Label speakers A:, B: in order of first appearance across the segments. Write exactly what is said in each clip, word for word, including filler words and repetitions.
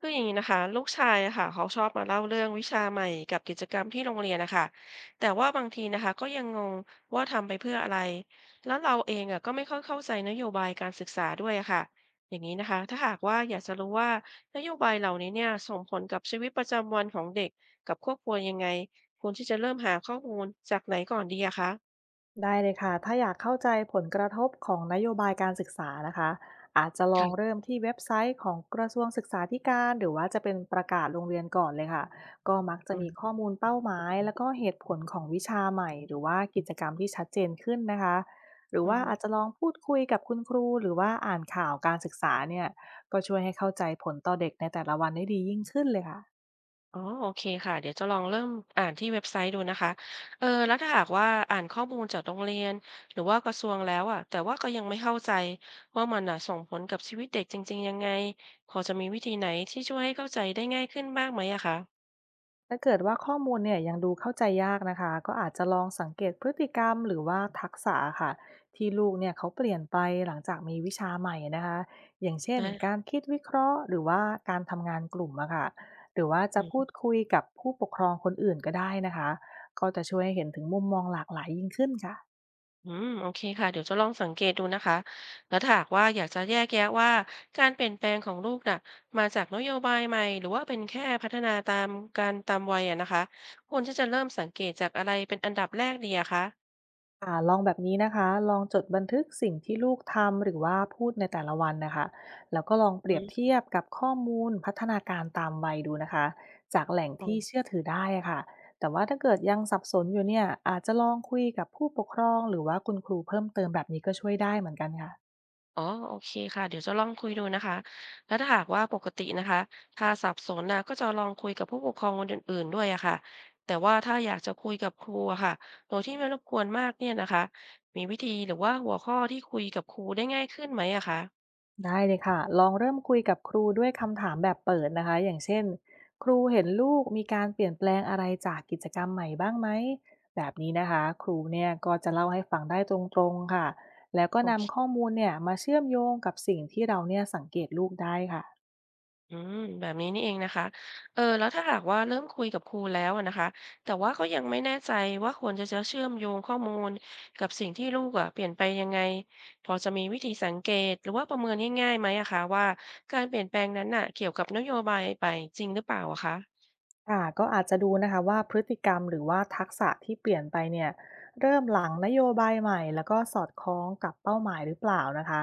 A: คืออย่างนี้นะคะลูกชายอะค่ะเขาชอบมาเล่าเรื่องวิชาใหม่กับกิจกรรมที่โรงเรียนนะคะแต่ว่าบางทีนะคะก็ยังงงว่าทำไปเพื่ออะไรแล้วเราเองอะก็ไม่ค่อยเข้าใจนโยบายการศึกษาด้วยอะค่ะอย่างนี้นะคะถ้าหากว่าอยากจะรู้ว่านโยบายเหล่านี้เนี่ยส่งผลกับชีวิตประจำวันของเด็กกับครอบครัวยังไงควรที่จะเริ่มหาข้อมูลจากไหนก่อนดีอะคะ
B: ได้เลยค่ะถ้าอยากเข้าใจผลกระทบของนโยบายการศึกษานะคะอาจจะลอง
A: ค่ะ
B: เริ่มที่เว็บไซต์ของกระทรวงศึกษาธิการหรือว่าจะเป็นประกาศโรงเรียนก่อนเลยค่ะก็มักจะ
A: อื
B: มีข้อ
A: ม
B: มูลเป้าหมายแล้วก็เหตุผลของวิชาใหม่หรือว่ากิจกรรมที่ชัดเจนขึ้นนะคะหรือ
A: อื
B: ว่าอา
A: ม
B: จจะลองพูดคุยกับคุณครูหรือว่าอ่านข่าวการศึกษาเนี่ยก็ช่วยให้เข้าใจผลต่อเด็กในแต่ละวันได้ดียิ่งขึ้นเลยค่ะ
A: อ๋อโอเคค่ะเดี๋ยวจะลองเริ่มอ่านที่เว็บไซต์ดูนะคะเออแล้วถ้าหากว่าอ่านข้อมูลจากโรงเรียนหรือว่ากระทรวงแล้วอ่ะแต่ว่าก็ยังไม่เข้าใจว่ามันอ่ะส่งผลกับชีวิตเด็กจริงๆยังไงพอจะมีวิธีไหนที่ช่วยให้เข้าใจได้ง่ายขึ้นบ้างไหมอะคะ
B: ถ้าเกิดว่าข้อมูลเนี่ยยังดูเข้าใจยากนะคะก็อาจจะลองสังเกตพฤติกรรมหรือว่าทักษะค่ะที่ลูกเนี่ยเขาเปลี่ยนไปหลังจากมีวิชาใหม่นะคะอย่างเช่
A: ได้
B: นการ
A: ค่ะ
B: คิดวิเคราะห์หรือว่าการทำงานกลุ่มอะค่ะหรือว่า
A: อื
B: จะพู
A: ม
B: ดคุยกับผู้ปกครองคนอื่นก็ได้นะคะก็จะช่วยให้เห็นถึงมุมมองหลากหลายยิ่งขึ้นค่ะ
A: อืมโอเคค่ะเดี๋ยวจะลองสังเกตดูนะคะแล้วถ้าหากว่าอยากจะแยกแยะว่าการเปลี่ยนแปลงของลูกน่ะมาจากนโยบายใหม่หรือว่าเป็นแค่พัฒนาตามการตามวัยอะนะคะควรที่จะเริ่มสังเกตจากอะไรเป็นอันดับแรกดีอะคะ
B: ค่ะลองแบบนี้นะคะ ลองจดบันทึกสิ่งที่ลูกทำหรือว่าพูดในแต่ละวันนะคะ แล้วก็ลองเป
A: อื
B: รียบ
A: ม
B: เทียบกับข้อมูลพัฒนาการตามวัยดูนะคะ จากแหล่ง
A: อ๋อ
B: ที่เชื่อถือได้อค่ะแต่ว่าถ้าเกิดยังสับสนอยู่เนี่ยอาจจะลองคุยกับผู้ปกครองหรือว่าคุณครูเพิ่มเติมแบบนี้ก็ช่วยได้เหมือนกันค่ะ
A: อ๋อโอเคค่ะเดี๋ยวจะลองคุยดูนะคะ แล้วถ้าหากว่าปกตินะคะถ้าสับสนน่ะก็จะลองคุยกับผู้ปกครองคนอื่นๆด้วยอะค่ะแต่ว่าถ้าอยากจะคุยกับครูอะค่ะโดยที่ไม่รบกวนมากเนี่ยนะคะ มีวิธีหรือว่าหัวข้อที่คุยกับครูได้ง่ายขึ้นไหมอะคะ
B: ได้เลยค่ะลองเริ่มคุยกับครูด้วยคำถามแบบเปิดนะคะ อย่างเช่น ครูเห็นลูกมีการเปลี่ยนแปลงอะไรจากกิจกรรมใหม่บ้างไหม แบบนี้นะคะ ครูเนี่ยก็จะเล่าให้ฟังได้ตรงๆค่ะ แล้วก็
A: โอเค
B: นำข้อมูลเนี่ยมาเชื่อมโยงกับสิ่งที่เราเนี่ยสังเกตลูกได้ค่ะ
A: อืมแบบนี้นี่เองนะคะเออแล้วถ้าหากว่าเริ่มคุยกับครูแล้วอะนะคะแต่ว่าก็ยังไม่แน่ใจว่าควรจะจะเชื่อมโยงข้อมูลกับสิ่งที่ลูกอะเปลี่ยนไปยังไงพอจะมีวิธีสังเกตหรือว่าประเมินง่ายๆไหมอะคะว่าการเปลี่ยนแปลงนั้นน่ะเกี่ยวกับนโยบายไปจริงหรือเปล่าอะคะ
B: ค่ะก็อาจจะดูนะคะว่าพฤติกรรมหรือว่าทักษะที่เปลี่ยนไปเนี่ยเริ่มหลังนโยบายใหม่แล้วก็สอดคล้องกับเป้าหมายหรือเปล่านะคะ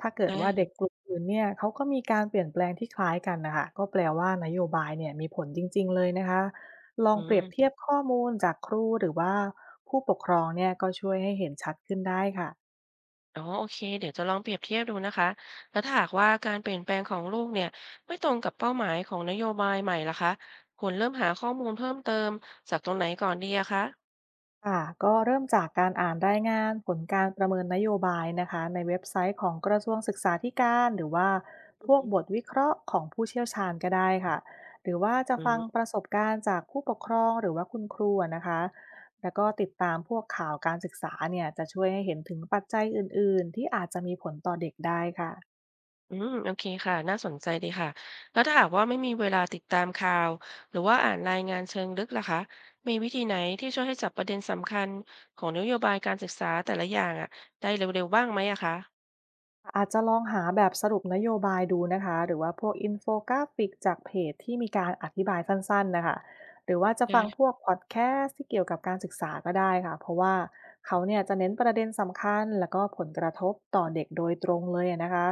B: ถ้าเกิด
A: ได้่
B: ว่าเด็กก
A: า
B: ลุ่มอื่นเนี่ยเขาก็มีการเปลี่ยนแปลงที่คล้ายกันนะคะก็แปลว่านโยบายเนี่ยมีผลจริงๆเลยนะคะลอ
A: อื
B: งเปรียบ
A: ม
B: เทียบข้อมูลจากครูหรือว่าผู้ปกครองเนี่ยก็ช่วยให้เห็นชัดขึ้นได้ค่ะ
A: อ๋อโอเคเดี๋ยวจะลองเปรียบเทียบดูนะคะแล้วถ้าหากว่าการเปลี่ยนแปลงของลูกเนี่ยไม่ตรงกับเป้าหมายของนโยบายใหม่ล่ะคะควรเริ่มหาข้อมูลเพิ่มเติมจากตรงไหนก่อนดีอะคะ
B: ค่ะก็เริ่มจากการอ่านรายงานผลการประเมินนโยบายนะคะในเว็บไซต์ของกระทรวงศึกษาธิการหรือว่าพวกบทวิเคราะห์ของผู้เชี่ยวชาญก็ได้ค่ะหรือว่าจะ
A: อื
B: ฟังป
A: ม
B: ระสบการณ์จากผู้ปกครองหรือว่าคุณครูอะนะคะแล้วก็ติดตามพวกข่าวการศึกษาเนี่ยจะช่วยให้เห็นถึงปัจจัยอื่นๆที่อาจจะมีผลต่อเด็กได้ค่ะ
A: อืมโอเคค่ะน่าสนใจดีค่ะแล้วถ้าหากว่าไม่มีเวลาติดตามข่าวหรือว่าอ่านรายงานเชิงลึกล่ะคะมีวิธีไหนที่ช่วยให้จับประเด็นสำคัญของนโยบายการศึกษาแต่ละอย่างอะได้เร็วๆบ้างไหมอะคะ
B: อาจจะลองหาแบบสรุปนโยบายดูนะคะหรือว่าพวกอินโฟกราฟิกจากเพจที่มีการอธิบายสั้นๆนะคะหรือว่าจะ
A: ได้
B: ฟังพวกพอดแคสต์ที่เกี่ยวกับการศึกษาก็ได้ค่ะเพราะว่าเขาเนี่ยจะเน้นประเด็นสำคัญแล้วก็ผลกระทบต่อเด็กโดยตรงเลยอะนะคะ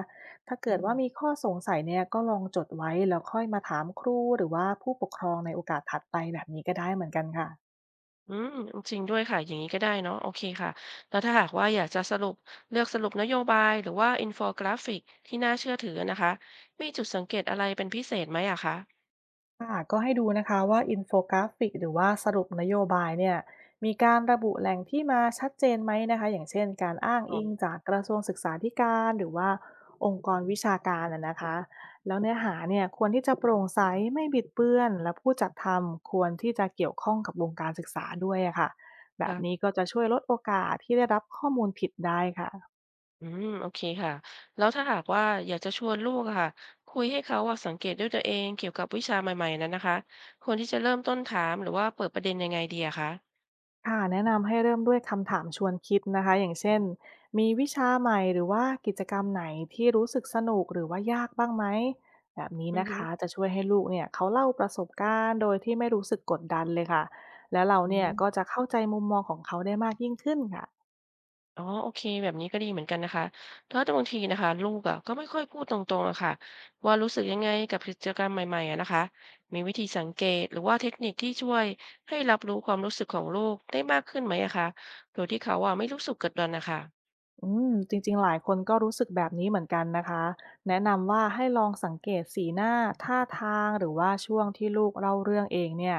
B: ถ้าเกิ
A: อื
B: ด
A: ม
B: ว่ามีข้อสงสัยเนี่ยก็ลองจดไว้แล้วค่อยมาถามครูหรือว่าผู้ปกครองในโอกาสถัดไปแบบนี้ก็ได้เหมือนกันค่ะ
A: อืมจริงด้วยค่ะอย่างนี้ก็ได้เนาะโอเคค่ะแล้วถ้าหากว่าอยากจะสรุปเลือกสรุปนโยบายหรือว่าอินโฟกราฟิกที่น่าเชื่อถือนะคะมีจุดสังเกตอะไรเป็นพิเศษไหมอะคะ
B: ค่ะก็ให้ดูนะคะว่าอินโฟกราฟิกหรือว่าสรุปนโยบายเนี่ยมีการระบุแหล่งที่มาชัดเจนไหมนะคะอย่างเช่นการอ้าง
A: อ๋อ
B: อิงจากกระทรวงศึกษาธิการหรือว่าองค์กรวิชาการนะนะคะแล้วเนื้อหาเนี่ยควรที่จะโปร่งใสไม่บิดเบือนและผู้จัดทำควรที่จะเกี่ยวข้องกับวงการศึกษาด้วยอะค่ะแบบ
A: ค่ะ
B: นี้ก็จะช่วยลดโอกาสที่ได้รับข้อมูลผิดได้ค่ะ
A: อืมโอเคค่ะแล้วถ้าหากว่าอยากจะชวนลูกอะค่ะคุยให้เขาอะสังเกตด้วยตัวเองเกี่ยวกับวิชาใหม่ๆนั้นนะคะควรที่จะเริ่มต้นถามหรือว่าเปิดประเด็นยังไงดีอะคะ
B: ค่ะแนะนำให้เริ่มด้วยคำถามชวนคิดนะคะอย่างเช่นมีวิชาใหม่หรือว่ากิจกรรมไหนที่รู้สึกสนุกหรือว่ายากบ้างไหมแบบนี้
A: อือ
B: นะ
A: ฮึ
B: คะจะช่วยให้ลูกเนี่ยเขาเล่าประสบการณ์โดยที่ไม่รู้สึกกดดันเลยค่ะแล้วเรา
A: อื
B: เนี่ย
A: ม
B: ก็จะเข้าใจมุมมองของเขาได้มากยิ่งขึ้นค่ะ
A: อ๋อโอเคแบบนี้ก็ดีเหมือนกันนะคะเพราะบางทีนะคะลูกอะก็ไม่ค่อยพูดตรงๆอะค่ะว่ารู้สึกยังไงกับกิจกรรมใหม่ๆอะนะคะมีวิธีสังเกตหรือว่าเทคนิคที่ช่วยให้รับรู้ความรู้สึกของลูกได้มากขึ้นไหมอะคะโดยที่เขาอะไม่รู้สึกกดดันนะคะ
B: อืมจริงๆหลายคนก็รู้สึกแบบนี้เหมือนกันนะคะแนะนำว่าให้ลองสังเกตสีหน้าท่าทางหรือว่าช่วงที่ลูกเล่าเรื่องเองเนี่ย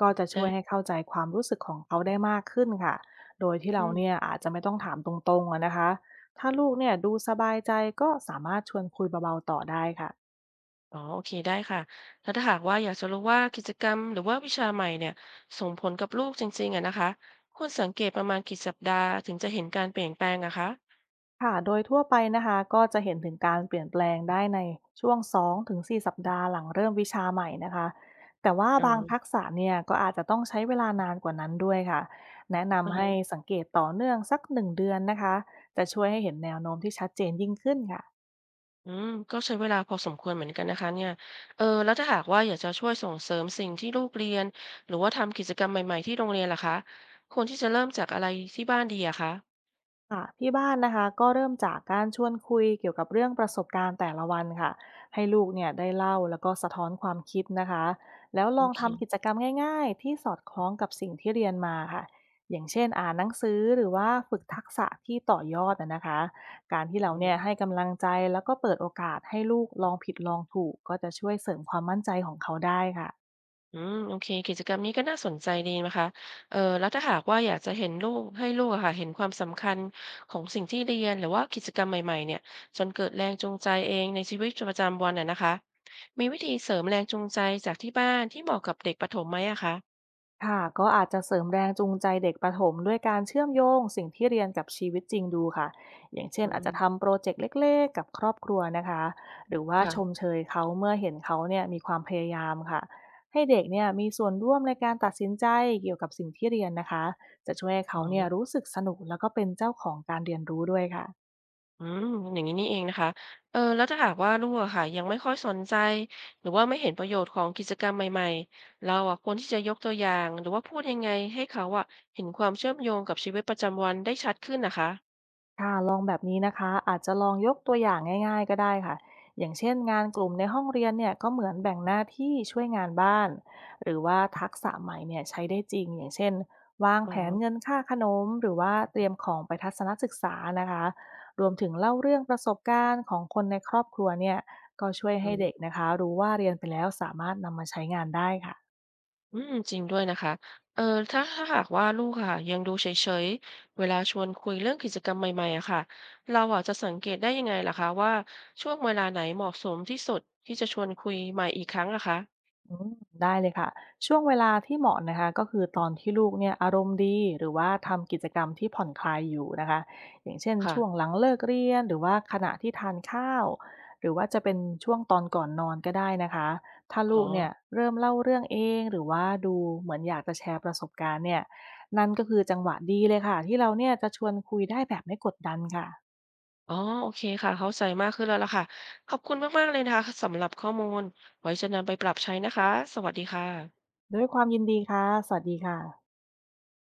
B: ก็จะช่วย
A: น
B: ให้เข้าใจความรู้สึกของเขาได้มากขึ้นค่ะโดยที่เราเนี่ย
A: ะ
B: อาจจะไม่ต้องถามตรงๆอะนะคะถ้าลูกเนี่ยดูสบายใจก็สามารถชวนคุยเบาๆต่อได้ค่ะ
A: อ๋อโอเคได้ค่ะแล้วถ้าหากว่าอยากจะรู้ว่ากิจกรรมหรือว่าวิชาใหม่เนี่ยส่งผลกับลูกจริงๆอะนะคะควรสังเกตประมาณกี่สัปดาห์ถึงจะเห็นการเปลี่ยนแปลงอะคะ
B: ค่ะโดยทั่วไปนะคะก็จะเห็นถึงการเปลี่ยนแปลงได้ในช่วงสองถึงสี่สสัปดาห์หลังเริ่มวิชาใหม่นะคะแต่ว่า
A: อ๋
B: บาง
A: อ
B: ทักษะเนี่ยก็อาจจะต้องใช้เวลานานกว่านั้นด้วยค่ะแนะ
A: อะ
B: นำให้
A: ฮะ
B: สังเกตต่อเนื่องสักหนึ่งเดือนนะคะจะช่วยให้เห็นแนวโน้มที่ชัดเจนยิ่งขึ้นค่ะ
A: อืมก็ใช้เวลาพอสมควรเหมือนกันนะคะเนี่ยเออแล้วถ้าหากว่าอยากจะช่วยส่งเสริมสิ่งที่ลูกเรียนหรือว่าทำกิจกรรมใหม่ๆที่โรงเรียนล่ะคะควรที่จะเริ่มจากอะไรที่บ้านดีอะคะ
B: ค่ะที่บ้านนะคะก็เริ่มจากการชวนคุยเกี่ยวกับเรื่องประสบการณ์แต่ละวันค่ะให้ลูกเนี่ยได้เล่าแล้วก็สะท้อนความคิดนะคะแล้วล
A: โอ
B: อง
A: เค
B: ทำกิจกรรมง่ายๆที่สอดคล้องกับสิ่งที่เรียนมาค่ะอย่างเช่นอ่านหนังสือหรือว่าฝึกทักษะที่ต่อยอดนะนะคะการที่
A: อื
B: เราเนี่ย
A: ม
B: ให้กำลังใจแล้วก็เปิดโอกาสให้ลูกลองผิดลองถูกก็จะช่วยเสริมความมั่นใจของเขาได้ค่ะ
A: อืมโอเคกิจกรรมนี้ก็น่าสนใจดีนะคะเออแล้วถ้าหากว่าอยากจะเห็นลูกให้ลูกอะค่ะเห็นความสำคัญของสิ่งที่เรียนหรือว่ากิจกรรมใหม่ๆเนี่ยจนเกิดแรงจูงใจเองในชีวิตประจำวันอะนะคะมีวิธีเสริมแรงจูงใจจากที่บ้านที่เหมาะกับเด็กประถมไหมอะคะ
B: ค่ะก็อาจจะเสริมแรงจูงใจเด็กประถมด้วยการเชื่อมโยงสิ่งที่เรียนกับชีวิตจริงดูค่ะอย่างเช่น
A: อื
B: อาจจะ
A: ม
B: ทำโปรเจกต์เล็กๆกับครอบครัวนะคะหรือว่าชม
A: ค่ะ
B: เชยเขาเมื่อเห็นเขาเนี่ยมีความพยายามค่ะให้เด็กเนี่ยมีส่วนร่วมในการตัดสินใจเกี่ยวกับสิ่งที่เรียนนะคะจะช่วยให้
A: อ๋
B: เขาเนี่ย
A: อ
B: รู้สึกสนุกแล้วก็เป็นเจ้าของการเรียนรู้ด้วยค่ะ
A: อืมอย่างนี้นี่เองนะคะเออแล้วถ้าหากว่าลูกอะค่ะยังไม่ค่อยสนใจหรือว่าไม่เห็นประโยชน์ของกิจกรรมใหม่ๆเราอะควรที่จะยกตัวอย่างหรือว่าพูดยังไงให้เขาอะเห็นความเชื่อมโยงกับชีวิตประจำวันได้ชัดขึ้นนะคะ
B: ค่ะลองแบบนี้นะคะ อาจจะลองยกตัวอย่างง่ายๆก็ได้ค่ะ อย่างเช่นงานกลุ่มในห้องเรียนเนี่ยก็เหมือนแบ่งหน้าที่ช่วยงานบ้าน หรือว่าทักษะใหม่เนี่ยใช้ได้จริง อย่างเช่นวาง
A: อ๋
B: แผ
A: อ
B: นเงินค่าขนม หรือว่าเตรียมของไปทัศนศึกษานะคะ รวมถึงเล่าเรื่องประสบการณ์ของคนในครอบครัวเนี่ย ก็ช่วย
A: อื
B: ให้
A: ม
B: เด็กนะคะรู้ว่าเรียนไปแล้วสามารถนำมาใช้งานได้ค่ะ
A: อืมจริงด้วยนะคะเออถ้าถ้าหากว่าลูกค่ะยังดูเฉยๆเวลาชวนคุยเรื่องกิจกรรมใหม่ๆอะค่ะเราอะจะสังเกตได้ยังไงล่ะคะว่าช่วงเวลาไหนเหมาะสมที่สุดที่จะชวนคุยใหม่อีกครั้งอะคะ
B: อืมได้เลยค่ะช่วงเวลาที่เหมาะนะคะก็คือตอนที่ลูกเนี่ยอารมณ์ดีหรือว่าทำกิจกรรมที่ผ่อนคลายอยู่นะคะอย่างเช่นช่วง
A: ค่ะ
B: หลังเลิกเรียนหรือว่าขณะที่ทานข้าวหรือว่าจะเป็นช่วงตอนก่อนนอนก็ได้นะคะถ้า
A: อ๋อ
B: ลูกเนี่ยเริ่มเล่าเรื่องเองหรือว่าดูเหมือนอยากจะแชร์ประสบการณ์เนี่ยนั่นก็คือจังหวะดีเลยค่ะที่เราเนี่ยจะชวนคุยได้แบบไม่กดดันค่ะ
A: อ๋อโอเคค่ะ เข้าใจมากขึ้นแล้วล่ะค่ะ ขอบคุณมากๆเลยนะคะสำหรับข้อมูลไว้จะนำไปปรับใช้นะคะ สวัสดีค่ะ
B: ด้วยความยินดีค่ะสวัสดีค่ะ